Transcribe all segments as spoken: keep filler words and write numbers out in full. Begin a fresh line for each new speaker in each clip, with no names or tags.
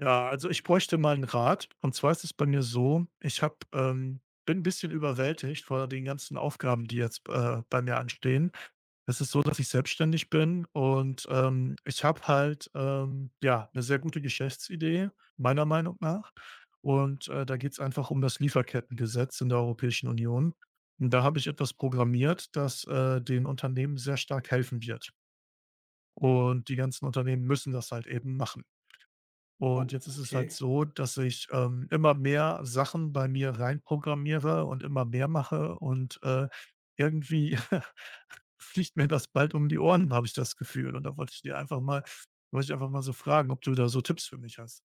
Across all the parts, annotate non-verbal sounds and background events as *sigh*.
Ja, also ich bräuchte mal 'n Rat. Und zwar ist es bei mir so, ich habe ähm, bin 'n bisschen überwältigt vor den ganzen Aufgaben, die jetzt, äh, bei mir anstehen. Es ist so, dass ich selbstständig bin und, ähm, ich habe halt, ähm, ja, 'ne sehr gute Geschäftsidee, meiner Meinung nach. Und, äh, da geht's einfach um das Lieferkettengesetz in der Europäischen Union. Und da habe ich etwas programmiert, das, äh, den Unternehmen sehr stark helfen wird. Und die ganzen Unternehmen müssen das halt eben machen. Und
Oh,
jetzt ist es halt
okay.
so, dass ich, ähm, immer mehr Sachen bei mir reinprogrammiere und immer mehr mache und, äh, irgendwie *laughs* fliegt mir das bald um die Ohren, habe ich das Gefühl. Und da wollte ich dir einfach mal wollte ich einfach mal so fragen, ob du da so Tipps für mich hast.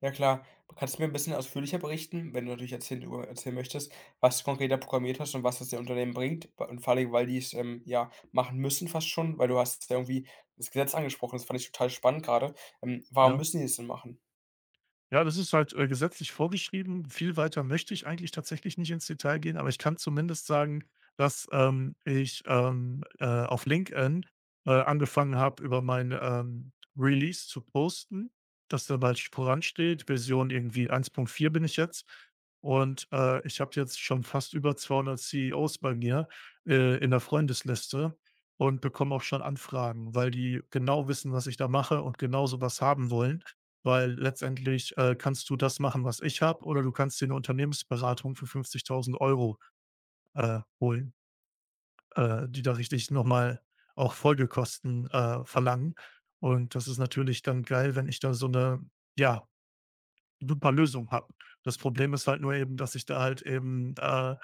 Ja klar. Kannst du mir ein bisschen ausführlicher berichten, wenn du natürlich erzählen über erzählen möchtest, was du konkret da programmiert hast und was das den Unternehmen bringt? Wa und vor allem, Dingen, weil die's, ähm, ja, machen müssen fast schon, weil du hast ja irgendwie das Gesetz angesprochen, das fand ich total spannend gerade. Ähm, warum
Ja?
müssen die es denn machen?
Ja, das ist halt, äh, gesetzlich vorgeschrieben. Viel weiter möchte ich eigentlich tatsächlich nicht ins Detail gehen, aber ich kann zumindest sagen, dass, ähm, ich, ähm, äh, auf LinkedIn, äh, angefangen habe, über mein, ähm, Release zu posten, dass da bald voransteht. Version irgendwie eins Punkt vier bin ich jetzt. Und, äh, ich habe jetzt schon fast über zweihundert C E Os bei mir, äh, in der Freundesliste, und bekomme auch schon Anfragen, weil die genau wissen, was ich da mache und genau so was haben wollen. Weil letztendlich, äh, kannst du das machen, was ich habe, oder du kannst dir eine Unternehmensberatung für fünfzigtausend Euro äh, holen, äh, die da richtig nochmal auch Folgekosten, äh, verlangen. Und das ist natürlich dann geil, wenn ich da so eine, ja, super Lösung habe. Das Problem ist halt nur eben, dass ich da halt eben, äh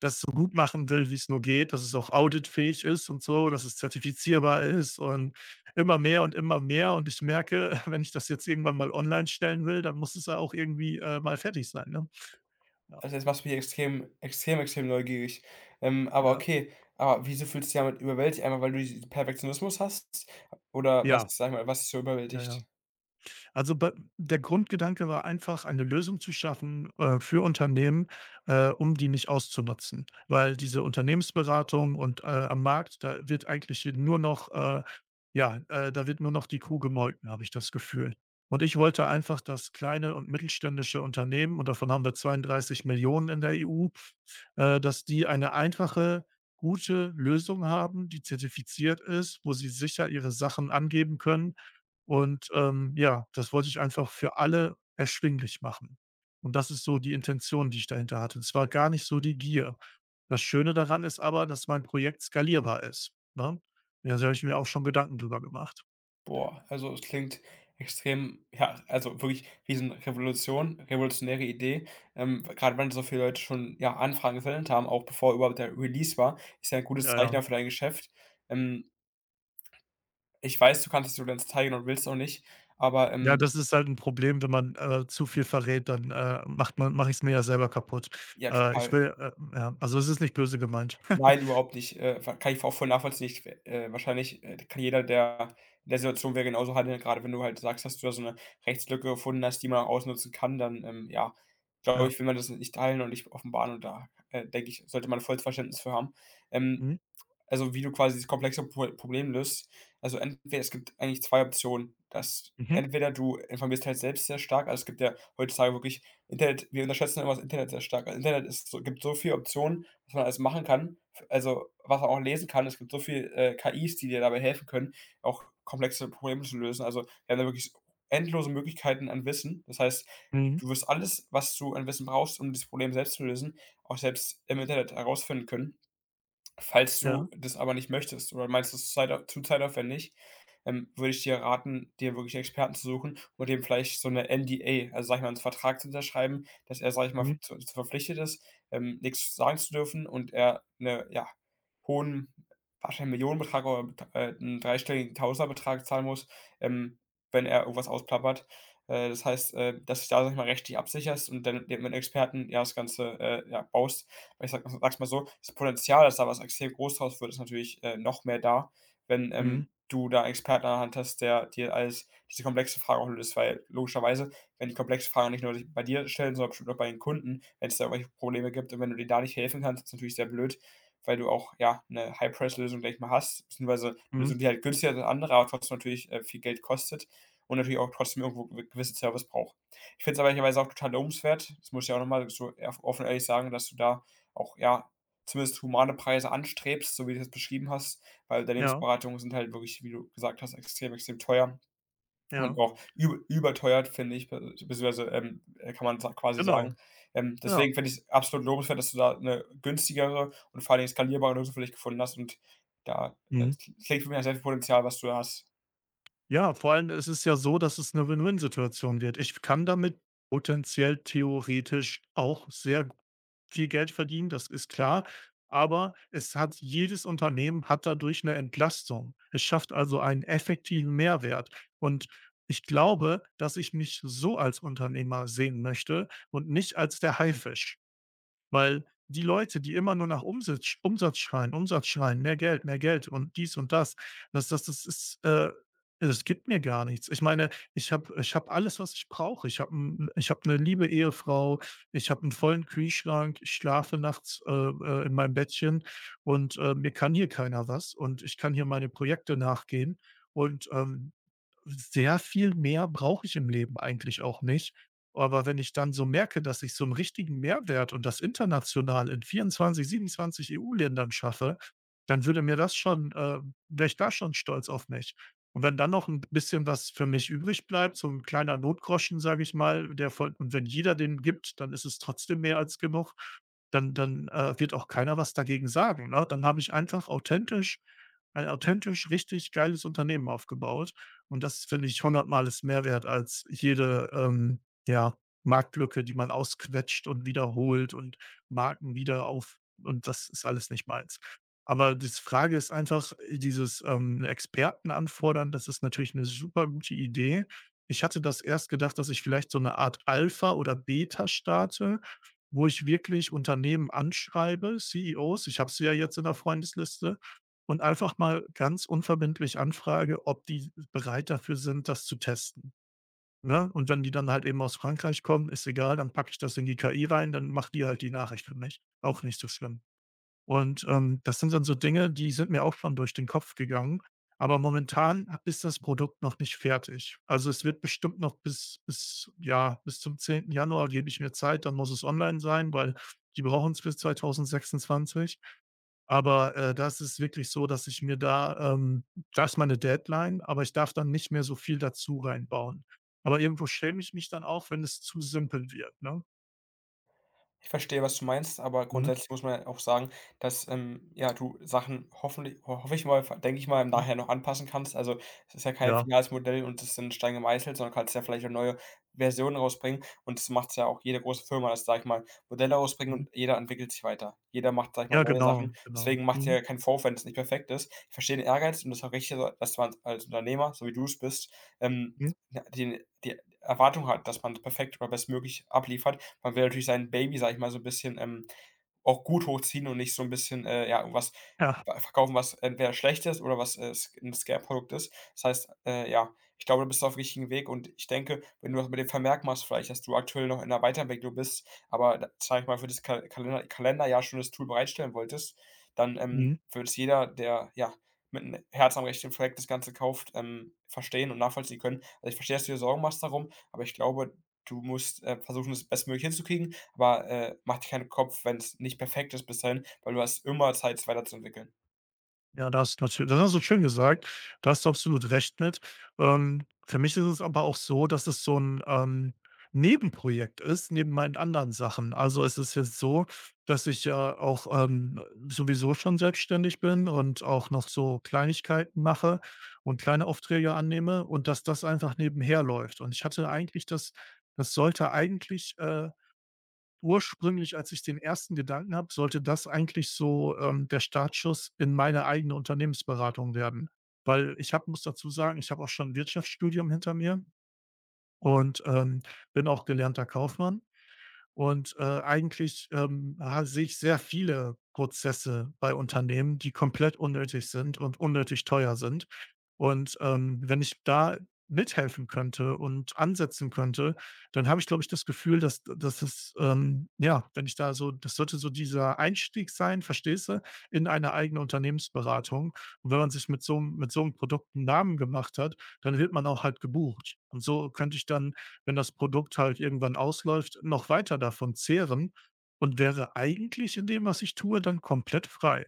das so gut machen will, wie es nur geht, dass es auch auditfähig ist und so, dass es zertifizierbar ist und immer mehr und immer mehr. Und ich merke, *laughs* wenn ich das jetzt irgendwann mal online stellen will, dann muss es ja auch irgendwie, äh, mal fertig sein, ne? Ja,
Also, jetzt machst du mich extrem, extrem, extrem neugierig. Ähm, aber
ja,
okay, aber wieso fühlst du dich damit überwältigt? Einmal, weil du diesen Perfektionismus hast? Oder was,
ja,
sage ich mal, was dich so
ja, ja.
überwältigt?
Also bei der Grundgedanke war einfach, eine Lösung zu schaffen, äh, für Unternehmen, äh, um die nicht auszunutzen. Weil diese Unternehmensberatung und, äh, am Markt, da wird eigentlich nur noch, äh, ja, äh, da wird nur noch die Kuh gemolken, habe ich das Gefühl. Und ich wollte einfach, dass kleine und mittelständische Unternehmen, und davon haben wir zweiunddreißig Millionen in der E U, äh, dass die eine einfache, gute Lösung haben, die zertifiziert ist, wo sie sicher ihre Sachen angeben können und, ähm, ja, das wollte ich einfach für alle erschwinglich machen. Und das ist so die Intention, die ich dahinter hatte. Es war gar nicht so die Gier. Das Schöne daran ist aber, dass mein Projekt skalierbar ist, ne? Ja, da habe ich mir auch schon Gedanken drüber gemacht.
Boah, also es klingt extrem, ja, also wirklich riesen Revolution, revolutionäre Idee. Ähm, gerade wenn so viele Leute schon, ja, Anfragen gesendet haben, auch bevor überhaupt der Release war, ist ja ein gutes
Ja,
Zeichen
ja.
auch für dein Geschäft. Ähm, Ich weiß, du kannst es dir ganz zeigen und willst auch nicht, aber
Ja,
ähm,
das ist halt ein Problem, wenn man, äh, zu viel verrät, dann, äh, macht man mache ich es mir ja selber kaputt.
ja,
Äh, ich
total.
will, äh ja, also, es ist nicht böse gemeint.
Nein,
*laughs*
überhaupt nicht. Äh, ver Kann ich auch voll nachvollziehen. Ich äh, Wahrscheinlich, äh, kann jeder, der in der Situation wäre, genauso handeln. Gerade wenn du halt sagst, dass du da so eine Rechtslücke gefunden hast, die man ausnutzen kann, dann, ähm, ja, glaube
Ja.
ich, will man das nicht teilen und nicht offenbaren und da, äh, denke ich, sollte man volles Verständnis für haben. Ähm
Mhm.
also wie du quasi das komplexe Pro Problem löst. Also entweder, es gibt eigentlich zwei Optionen, dass
Mhm.
entweder du informierst halt selbst sehr stark, also es gibt ja heutzutage wirklich Internet, wir unterschätzen immer das Internet sehr stark. Also Internet ist so, gibt so viele Optionen, was man alles machen kann, f also was man auch lesen kann. Es gibt so viel, äh, K Is, die dir dabei helfen können, auch komplexe Probleme zu lösen. Also wir haben da wirklich endlose Möglichkeiten an Wissen. Das heißt,
Mhm.
du wirst alles, was du an Wissen brauchst, um dieses Problem selbst zu lösen, auch selbst im Internet herausfinden können. Falls du
Ja.
das aber nicht möchtest oder meinst, das ist zeit zu zeitaufwendig, ähm, würde ich dir raten, dir wirklich einen Experten zu suchen und dem vielleicht so 'ne N D A, also, sage ich mal, einen Vertrag zu unterschreiben, dass er, sage ich mal,
Mhm,
zu zu verpflichtet ist, ähm, nix sagen zu dürfen und er eine, ja, hohen wahrscheinlich Millionenbetrag oder bet äh, 'n dreistelligen Tausenderbetrag zahlen muss, ähm, wenn er irgendwas ausplappert. Äh, das heißt, äh, dass du dich da, sage ich mal, rechtlich absicherst und dann mit einem Experten, ja, das Ganze, äh, ja, baust, weil ich sage sag's mal so, das Potenzial, dass da was extrem groß draus wird, ist natürlich, äh, noch mehr da, wenn,
mhm,
ähm, du da 'n Experten an der Hand hast, der dir alles diese komplexe Frage auch löst, weil logischerweise, wenn die komplexe Fragen nicht nur sich bei dir stellen, sondern bestimmt auch bei den Kunden, wenn es da irgendwelche Probleme gibt. Und wenn du denen da nicht helfen kannst, ist natürlich sehr blöd, weil du auch, ja, eine High-Price-Lösung, gleich mal, hast, beziehungsweise eine
mhm.
Lösung, die halt günstiger ist als andere, aber trotzdem natürlich, äh, viel Geld kostet und natürlich auch trotzdem irgendwo gew gewissen Service braucht. Ich finde es aber ehrlicherweise auch total lobenswert, das muss ich ja auch noch mal so eff offen ehrlich sagen, dass du da auch, ja, zumindest humane Preise anstrebst, so wie du das beschrieben hast, weil
Ja,
Unternehmensberatungen sind halt wirklich, wie du gesagt hast, extrem, extrem teuer und
ja,
auch übe überteuert, finde ich, be beziehungsweise, ähm, äh, kann man sa quasi sagen.
genau,
Ähm,
ja.
deswegen finde ich's absolut lobenswert, dass du da eine günstigere und vor allem skalierbare Lösung für dich gefunden hast und da, äh,
Mhm.
es klingt für mich nach sehr viel Potenzial, was du da hast.
Ja, vor allem ist es ja so, dass es eine Win-Win-Situation wird. Ich kann damit potenziell theoretisch auch sehr viel Geld verdienen, das ist klar, aber es hat jedes Unternehmen hat dadurch eine Entlastung. Es schafft also einen effektiven Mehrwert, und ich glaube, dass ich mich so als Unternehmer sehen möchte und nicht als der Haifisch. Weil die Leute, die immer nur nach Umsitz Umsatz schreien, Umsatz schreien, mehr Geld, mehr Geld und dies und das, das das das ist, äh das gibt mir gar nichts. Ich meine, ich habe ich habe alles, was ich brauche. Ich habe ich habe eine liebe Ehefrau, ich habe einen vollen Kühlschrank, ich schlafe nachts, äh, äh, in meinem Bettchen, und, äh, mir kann hier keiner was, und ich kann hier meine Projekte nachgehen und, ähm sehr viel mehr brauche ich im Leben eigentlich auch nicht. Aber wenn ich dann so merke, dass ich so einen richtigen Mehrwert und das international in vierundzwanzig, siebenundzwanzig E U-Ländern schaffe, dann würde mir das schon, äh, wäre ich da schon stolz auf mich. Und wenn dann noch ein bisschen was für mich übrig bleibt, so ein kleiner Notgroschen, sage ich mal, der von und wenn jeder den gibt, dann ist es trotzdem mehr als genug, dann dann, äh, wird auch keiner was dagegen sagen, ne? Dann habe ich einfach authentisch ein authentisch richtig geiles Unternehmen aufgebaut. Und das finde ich hundertmal ist mehr wert als jede, ähm, ja, Marktlücke, die man ausquetscht und wiederholt und Marken wieder auf, und das ist alles nicht meins. Aber die Frage ist einfach, äh, dieses, ähm, Experten anfordern, das ist natürlich eine super gute Idee. Ich hatte das erst gedacht, dass ich vielleicht so eine Art Alpha oder Beta starte, wo ich wirklich Unternehmen anschreibe, C E Os. Ich habe sie ja jetzt in der Freundesliste und einfach mal ganz unverbindlich anfrage, ob die bereit dafür sind, das zu testen, ne? Und wenn die dann halt eben aus Frankreich kommen, ist egal, dann packe ich das in die K I rein, dann macht die halt die Nachricht für mich. Auch nicht so schlimm. Und, ähm, das sind dann so Dinge, die sind mir auch schon durch den Kopf gegangen. Aber momentan ist das Produkt noch nicht fertig. Also, es wird bestimmt noch bis bis ja, bis zum zehnten Januar, gebe ich mir Zeit, dann muss es online sein, weil die brauchen es bis zweitausendsechsundzwanzig. Aber, äh, das ist wirklich so, dass ich mir da ähm, da ist meine Deadline, aber ich darf dann nicht mehr so viel dazu reinbauen. Aber irgendwo schäme ich mich dann auch, wenn es zu simpel wird, ne?
Ich verstehe, was du meinst, aber
Mhm,
grundsätzlich muss man ja auch sagen, dass, ähm, ja, du Sachen hoffentlich ho hoffe ich mal, denke ich mal, im
mhm,
Nachhinein noch anpassen kannst. Also, es ist ja kein
ja,
finales Modell und das ist in Stein gemeißelt, sondern kannst ja vielleicht auch neue Versionen rausbringen und das macht ja auch jede große Firma, dass, sage ich mal, Modelle rausbringen
mhm.
und jeder entwickelt sich weiter. Jeder macht, sage ich mal,
Ja,
neue Sachen.
genau,
Deswegen
genau.
macht
Mhm,
ja keinen Vorwurf, wenn es nicht perfekt ist. Ich verstehe den Ehrgeiz und das ist auch richtig so, dass man als Unternehmer, so wie du es bist, ähm,
mhm.
ja, die die Erwartung hat, dass man perfekt oder bestmöglich abliefert. Man will natürlich sein Baby, sage ich mal, so ein bisschen, ähm, auch gut hochziehen und nicht so ein bisschen, äh, ja, irgendwas
Ja,
ver verkaufen, was entweder schlecht ist oder was, äh, sc 'n Scam-Produkt ist. Das heißt, äh, ja, ich glaube, du bist auf dem richtigen Weg und ich denke, wenn du das mit dem Vermerk machst vielleicht, dass du aktuell noch in 'ner Weiterentwicklung bist, aber d sage ich mal, für das Kal Kalender Kalenderjahr schon das Tool bereitstellen wolltest, dann, ähm,
mhm.
würde es jeder, der, ja, mit einem Herz am rechten Fleck das Ganze kauft, ähm, verstehen und nachvollziehen können. Also, ich verstehe, dass du dir Sorgen machst darum, aber ich glaube, du musst, äh, versuchen, es bestmöglich hinzukriegen, aber, äh, mach dir keinen Kopf, wenn es nicht perfekt ist bis dahin, weil du hast immer Zeit, es weiterzuentwickeln.
Ja, das hast du natür das hast du schön gesagt. Da hast du absolut recht mit. Ähm, für mich ist es aber auch so, dass es so ein, ähm, Nebenprojekt ist neben meinen anderen Sachen. Also, es ist jetzt so, dass ich ja auch, ähm, sowieso schon selbstständig bin und auch noch so Kleinigkeiten mache und kleine Aufträge annehme und dass das einfach nebenher läuft. Und ich hatte eigentlich das das sollte eigentlich, äh ursprünglich, als ich den ersten Gedanken habe, sollte das eigentlich so, ähm, der Startschuss in meine eigene Unternehmensberatung werden. Weil ich habe muss dazu sagen, ich habe auch schon 'n Wirtschaftsstudium hinter mir und, ähm, bin auch gelernter Kaufmann. Und, äh, eigentlich, ähm, ha sehe ich sehr viele Prozesse bei Unternehmen, die komplett unnötig sind und unnötig teuer sind. Und, ähm, wenn ich da mithelfen könnte und ansetzen könnte, dann habe ich, glaube ich, das Gefühl, dass dass es, ähm ja, wenn ich da so das sollte so dieser Einstieg sein, verstehst du, in eine eigene Unternehmensberatung. Und wenn man sich mit so einem mit so 'nem Produkt 'n Namen gemacht hat, dann wird man auch halt gebucht. Und so könnte ich dann, wenn das Produkt halt irgendwann ausläuft, noch weiter davon zehren und wäre eigentlich in dem, was ich tue, dann komplett frei.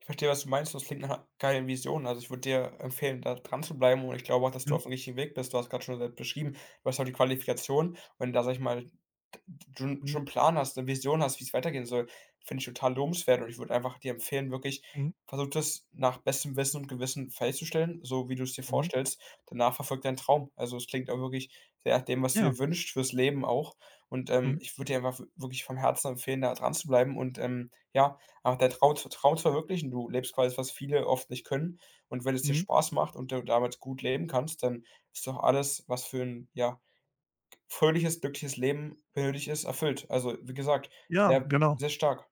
Ich verstehe, was du meinst. Das klingt nach 'ner geilen Vision. Also, ich würde dir empfehlen, da dran zu bleiben und ich glaube auch, dass du
Mhm,
auf dem richtigen Weg bist. Du hast gerade schon selbst beschrieben, du hast auch die Qualifikation. Wenn du da, sag ich mal, schon
mhm,
schon 'n Plan hast, eine Vision hast, wie es weitergehen soll, finde ich total lobenswert und ich würde einfach dir empfehlen, wirklich
mhm,
versuch das nach bestem Wissen und Gewissen festzustellen, so wie du es dir
mhm.
vorstellst. Danach verfolgt dein Traum. Also, es klingt auch wirklich sehr nach dem, was du
Ja,
dir wünschst fürs Leben auch und, ähm,
mhm,
ich würde dir einfach wirklich vom Herzen empfehlen, da dran zu bleiben und, ähm, ja, aber der Traum zu Traum zu verwirklichen, du lebst quasi, was viele oft nicht können. Und wenn es dir
mhm.
Spaß macht und du damit gut leben kannst, dann ist doch alles, was für ein, ja, fröhliches, glückliches Leben benötigt ist, erfüllt. Also, wie gesagt,
Ja,
sehr,
genau.
sehr stark.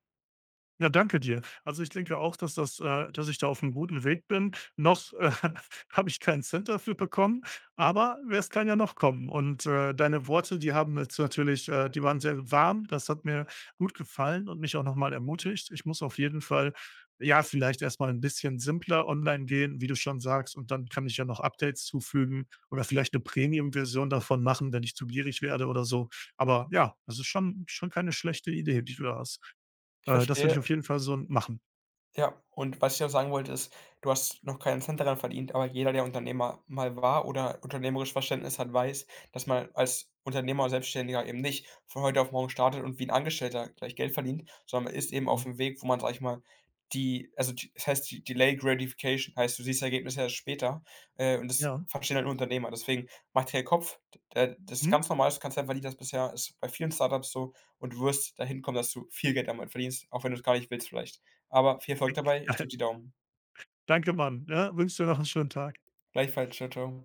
Ja, danke dir. Also, ich denke auch, dass das äh, dass ich da auf einem guten Weg bin. Noch, äh, *laughs* habe ich keinen Cent dafür bekommen, aber we es kann ja noch kommen. Und, äh, deine Worte, die haben jetzt natürlich äh, die waren sehr warm. Das hat mir gut gefallen und mich auch noch mal ermutigt. Ich muss auf jeden Fall, ja, vielleicht erst mal 'n bisschen simpler online gehen, wie du schon sagst, und dann kann ich ja noch Updates zufügen oder vielleicht eine Premium-Version davon machen, wenn ich zu gierig werde oder so. Aber ja, das ist schon schon keine schlechte Idee, die du da hast.
Ich
Äh, das werde
verstehe.
ich auf jeden Fall so machen.
Ja, und was ich noch sagen wollte, ist, du hast noch keinen Cent daran verdient, aber jeder, der Unternehmer mal war oder unternehmerisches Verständnis hat, weiß, dass man als Unternehmer oder Selbstständiger eben nicht von heute auf morgen startet und wie ein Angestellter gleich Geld verdient, sondern man ist eben auf
Mhm.
dem Weg, wo man, sage ich mal, die also, d das heißt, De Delayed Gratification, heißt, du siehst Ergebnisse erst später, äh, und das
Ja.
verstehen halt nur Unternehmer. Deswegen mach dir keinen Kopf, d äh, das ist
Mhm.
ganz normal, dass du kein Cent verdient hast bisher, ist bei vielen Startups so und du wirst dahin kommen, dass du viel Geld damit verdienst, auch wenn du es gar nicht willst vielleicht. Aber viel Erfolg dabei. Ich drücke die
*laughs*
Daumen.
Danke, Mann. Ja, wünsche dir noch einen schönen Tag.
Gleichfalls. Tschau, tschau.